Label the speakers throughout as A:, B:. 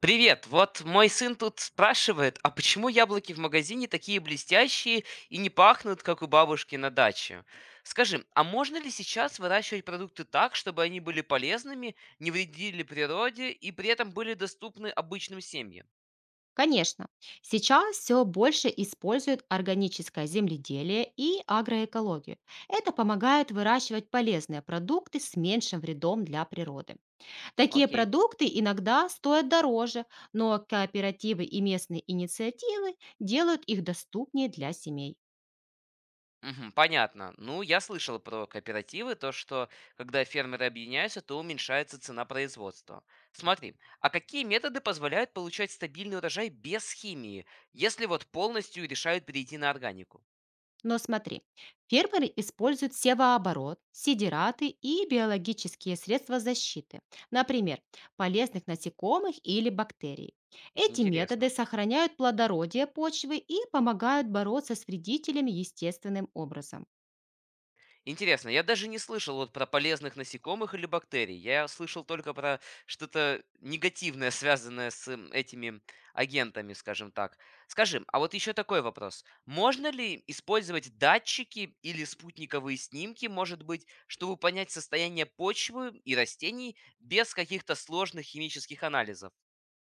A: Привет, вот мой сын тут спрашивает, а почему яблоки в магазине такие блестящие и не пахнут, как у бабушки на даче? Скажи, а можно ли сейчас выращивать продукты так, чтобы они были полезными, не вредили природе и при этом были доступны обычным семьям?
B: Конечно, сейчас все больше используют органическое земледелие и агроэкологию. Это помогает выращивать полезные продукты с меньшим вредом для природы. Такие
A: Окей.
B: продукты иногда стоят дороже, но кооперативы и местные инициативы делают их доступнее для семей.
A: Мгм. Понятно. Ну, я слышал про кооперативы, то, что когда фермеры объединяются, то уменьшается цена производства. Смотри, а какие методы позволяют получать стабильный урожай без химии, если вот полностью решают перейти на органику?
B: Но смотри, фермеры используют севооборот, сидираты и биологические средства защиты, например, полезных насекомых или бактерий. Эти методы
A: Интересно.
B: сохраняют плодородие почвы и помогают бороться с вредителями естественным образом.
A: Интересно, я даже не слышал вот про полезных насекомых или бактерий. Я слышал только про что-то негативное, связанное с этими агентами, скажем так. Скажи, а вот еще такой вопрос. Можно ли использовать датчики или спутниковые снимки, может быть, чтобы понять состояние почвы и растений без каких-то сложных химических анализов?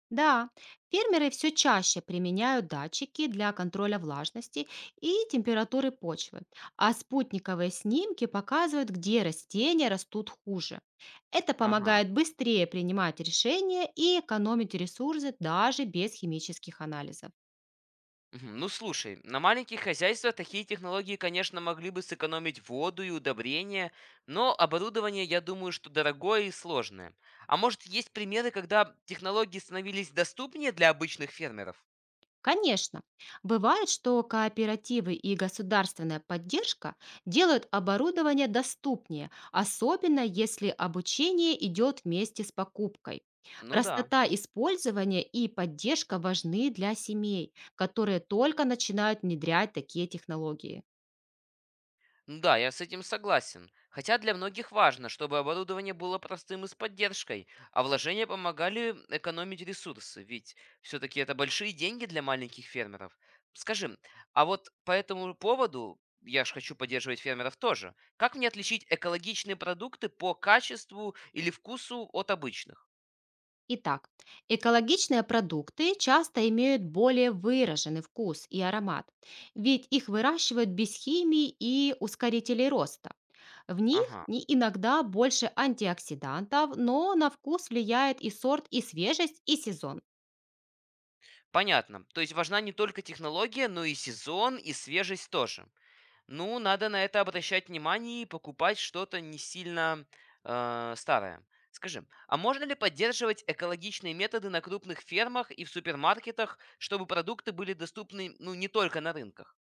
B: Да, фермеры все чаще применяют датчики для контроля влажности и температуры почвы, а спутниковые снимки показывают, где растения растут хуже. Это
A: Ага.
B: помогает быстрее принимать решения и экономить ресурсы даже без химических анализов.
A: Мгм. Ну слушай, на маленьких хозяйствах такие технологии, конечно, могли бы сэкономить воду и удобрения, но оборудование, я думаю, что дорогое и сложное. А может, есть примеры, когда технологии становились доступнее для обычных фермеров?
B: Конечно, бывает, что кооперативы и государственная поддержка делают оборудование доступнее, особенно если обучение идет вместе с покупкой.
A: Ну да.
B: Простота использования и поддержка важны для семей, которые только начинают внедрять такие технологии.
A: Ну да, я с этим согласен. Хотя для многих важно, чтобы оборудование было простым и с поддержкой, а вложения помогали экономить ресурсы, ведь все-таки это большие деньги для маленьких фермеров. Скажи, а вот по этому поводу, я же хочу поддерживать фермеров тоже, как мне отличить экологичные продукты по качеству или вкусу от обычных?
B: Итак, экологичные продукты часто имеют более выраженный вкус и аромат, ведь их выращивают без химии и ускорителей роста. В них
A: Ага,
B: иногда больше антиоксидантов, но на вкус влияет и сорт, и свежесть, и сезон.
A: понятно. То есть важна не только технология, но и сезон, и свежесть тоже. Ну, надо на это обращать внимание и покупать что-то не сильно старое. Скажи, а можно ли поддерживать экологичные методы на крупных фермах и в супермаркетах, чтобы продукты были доступны, ну, не только на рынках?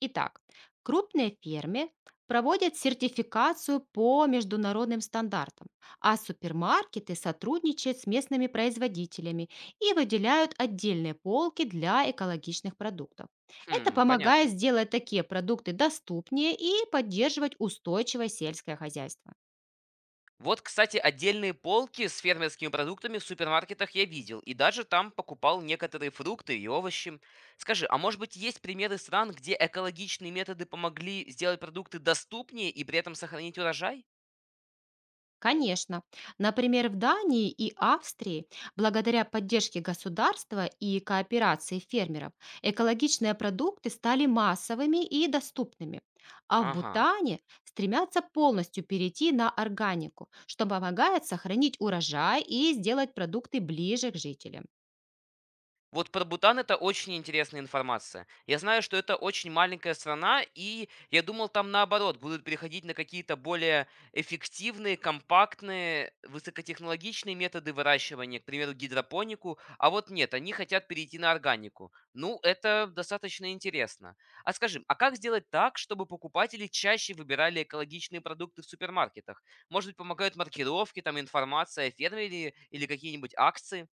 B: Итак, крупные фермы проводят сертификацию по международным стандартам, а супермаркеты сотрудничают с местными производителями и выделяют отдельные полки для экологичных продуктов. Это
A: Хм, понятно.
B: помогает сделать такие продукты доступнее и поддерживать устойчивое сельское хозяйство.
A: Вот, кстати, отдельные полки с фермерскими продуктами в супермаркетах я видел, и даже там покупал некоторые фрукты и овощи. Скажи, а может быть есть примеры стран, где экологичные методы помогли сделать продукты доступнее и при этом сохранить урожай?
B: Конечно. Например, в Дании и Австрии, благодаря поддержке государства и кооперации фермеров, экологичные продукты стали массовыми и доступными. А в
A: Ага.
B: Бутане стремятся полностью перейти на органику, что помогает сохранить урожай и сделать продукты ближе к жителям.
A: Вот про Бутан это очень интересная информация. Я знаю, что это очень маленькая страна, и я думал, там наоборот будут переходить на какие-то более эффективные, компактные, высокотехнологичные методы выращивания, к примеру, гидропонику, а вот нет, они хотят перейти на органику. Ну, это достаточно интересно. А скажи, а как сделать так, чтобы покупатели чаще выбирали экологичные продукты в супермаркетах? Может быть, помогают маркировки, там информация о фермере или какие-нибудь акции?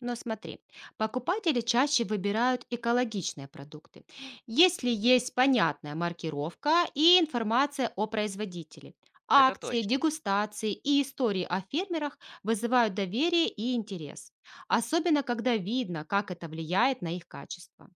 B: Но смотри, покупатели чаще выбирают экологичные продукты, если есть понятная маркировка и информация о производителе.
A: Это
B: Акции,
A: точно.
B: дегустации и истории о фермерах вызывают доверие и интерес, особенно когда видно, как это влияет на их качество.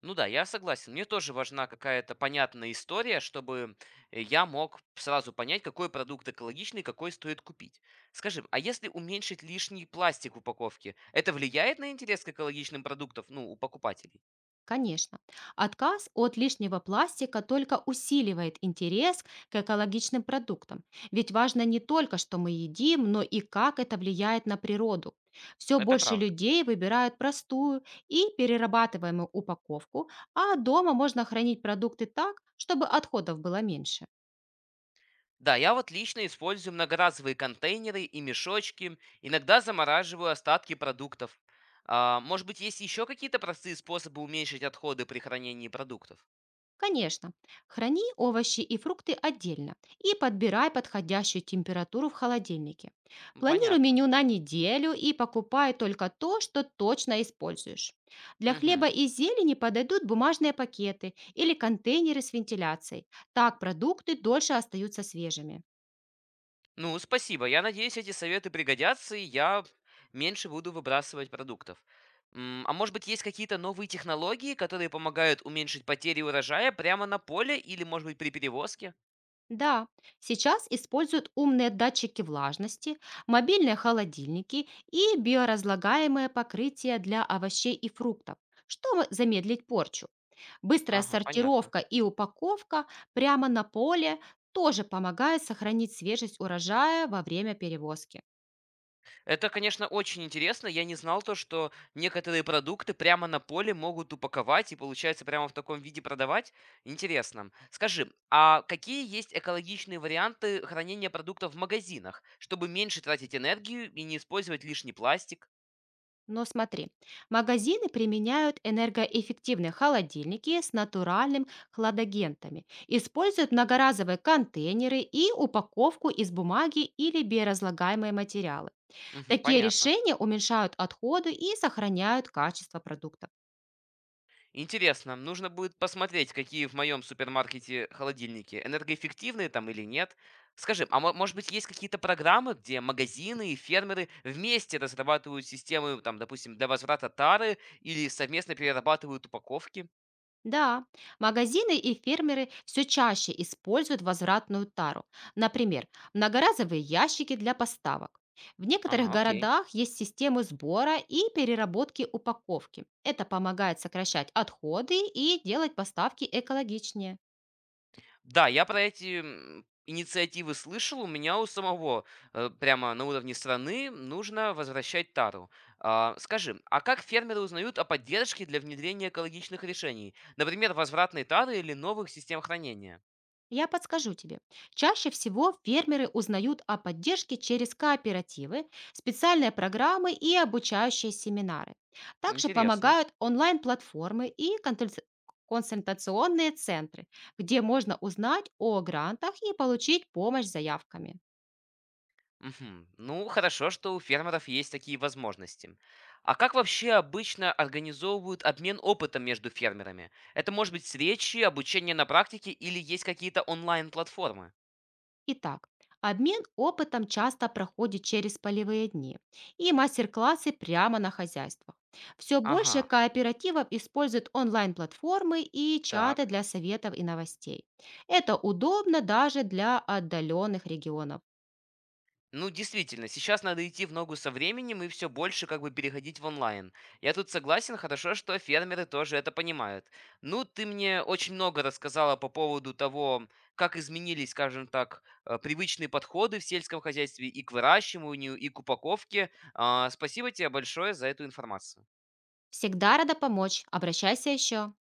A: Ну да, я согласен. Мне тоже важна какая-то понятная история, чтобы я мог сразу понять, какой продукт экологичный, какой стоит купить. Скажи, а если уменьшить лишний пластик в упаковке, это влияет на интерес к экологичным продуктам, ну, у покупателей?
B: Конечно. Отказ от лишнего пластика только усиливает интерес к экологичным продуктам. Ведь важно не только, что мы едим, но и как это влияет на природу. Все
A: Это
B: больше
A: правда.
B: людей выбирают простую и перерабатываемую упаковку, а дома можно хранить продукты так, чтобы отходов было меньше.
A: Да, я вот лично использую многоразовые контейнеры и мешочки, иногда замораживаю остатки продуктов. А, может быть, есть еще какие-то простые способы уменьшить отходы при хранении продуктов?
B: Конечно. Храни овощи и фрукты отдельно и подбирай подходящую температуру в холодильнике.
A: Ну,
B: Планируй
A: понятно.
B: меню на неделю и покупай только то, что точно используешь. Для
A: Мгм.
B: хлеба и зелени подойдут бумажные пакеты или контейнеры с вентиляцией. Так продукты дольше остаются свежими.
A: Ну, спасибо. Я надеюсь, эти советы пригодятся, и я меньше буду выбрасывать продуктов. М, а может быть, есть какие-то новые технологии, которые помогают уменьшить потери урожая прямо на поле или, может быть, при перевозке?
B: Да, сейчас используют умные датчики влажности, мобильные холодильники и биоразлагаемое покрытие для овощей и фруктов, чтобы замедлить порчу. Быстрая
A: Ага, понятно.
B: сортировка и упаковка прямо на поле тоже помогает сохранить свежесть урожая во время перевозки.
A: Это, конечно, очень интересно. Я не знал то, что некоторые продукты прямо на поле могут упаковать и, получается, прямо в таком виде продавать. Интересно. Скажи, а какие есть экологичные варианты хранения продуктов в магазинах, чтобы меньше тратить энергию и не использовать лишний пластик?
B: Но смотри, магазины применяют энергоэффективные холодильники с натуральным хладагентами, используют многоразовые контейнеры и упаковку из бумаги или биоразлагаемые материалы.
A: Мгм,
B: Такие
A: понятно.
B: решения уменьшают отходы и сохраняют качество продуктов.
A: Интересно, нужно будет посмотреть, какие в моем супермаркете холодильники, энергоэффективные там или нет. Скажи, а может быть есть какие-то программы, где магазины и фермеры вместе разрабатывают системы, там, допустим, для возврата тары или совместно перерабатывают упаковки?
B: Да, магазины и фермеры все чаще используют возвратную тару. Например, многоразовые ящики для поставок. В некоторых
A: Ага, окей.
B: городах есть системы сбора и переработки упаковки. Это помогает сокращать отходы и делать поставки экологичнее.
A: Да, я про эти инициативы слышал. У меня у самого прямо на уровне страны нужно возвращать тару. А, скажи, а как фермеры узнают о поддержке для внедрения экологичных решений? Например, возвратной тары или новых систем хранения?
B: Я подскажу тебе. Чаще всего фермеры узнают о поддержке через кооперативы, специальные программы и обучающие семинары. Также
A: Интересно.
B: помогают онлайн-платформы и консультационные центры, где можно узнать о грантах и получить помощь с заявками.
A: Мгм. Ну, хорошо, что у фермеров есть такие возможности. А как вообще обычно организовывают обмен опытом между фермерами? Это может быть встречи, обучение на практике или есть какие-то онлайн-платформы?
B: Итак, обмен опытом часто проходит через полевые дни и мастер-классы прямо на хозяйствах. Все
A: Ага,
B: больше кооперативов используют онлайн-платформы и чаты
A: так.
B: для советов и новостей. Это удобно даже для отдаленных регионов.
A: Ну, действительно, сейчас надо идти в ногу со временем и все больше как бы переходить в онлайн. Я тут согласен, хорошо, что фермеры тоже это понимают. Ну, ты мне очень много рассказала по поводу того, как изменились, скажем так, привычные подходы в сельском хозяйстве и к выращиванию, и к упаковке. А, спасибо тебе большое за эту информацию.
B: Всегда рада помочь. Обращайся еще.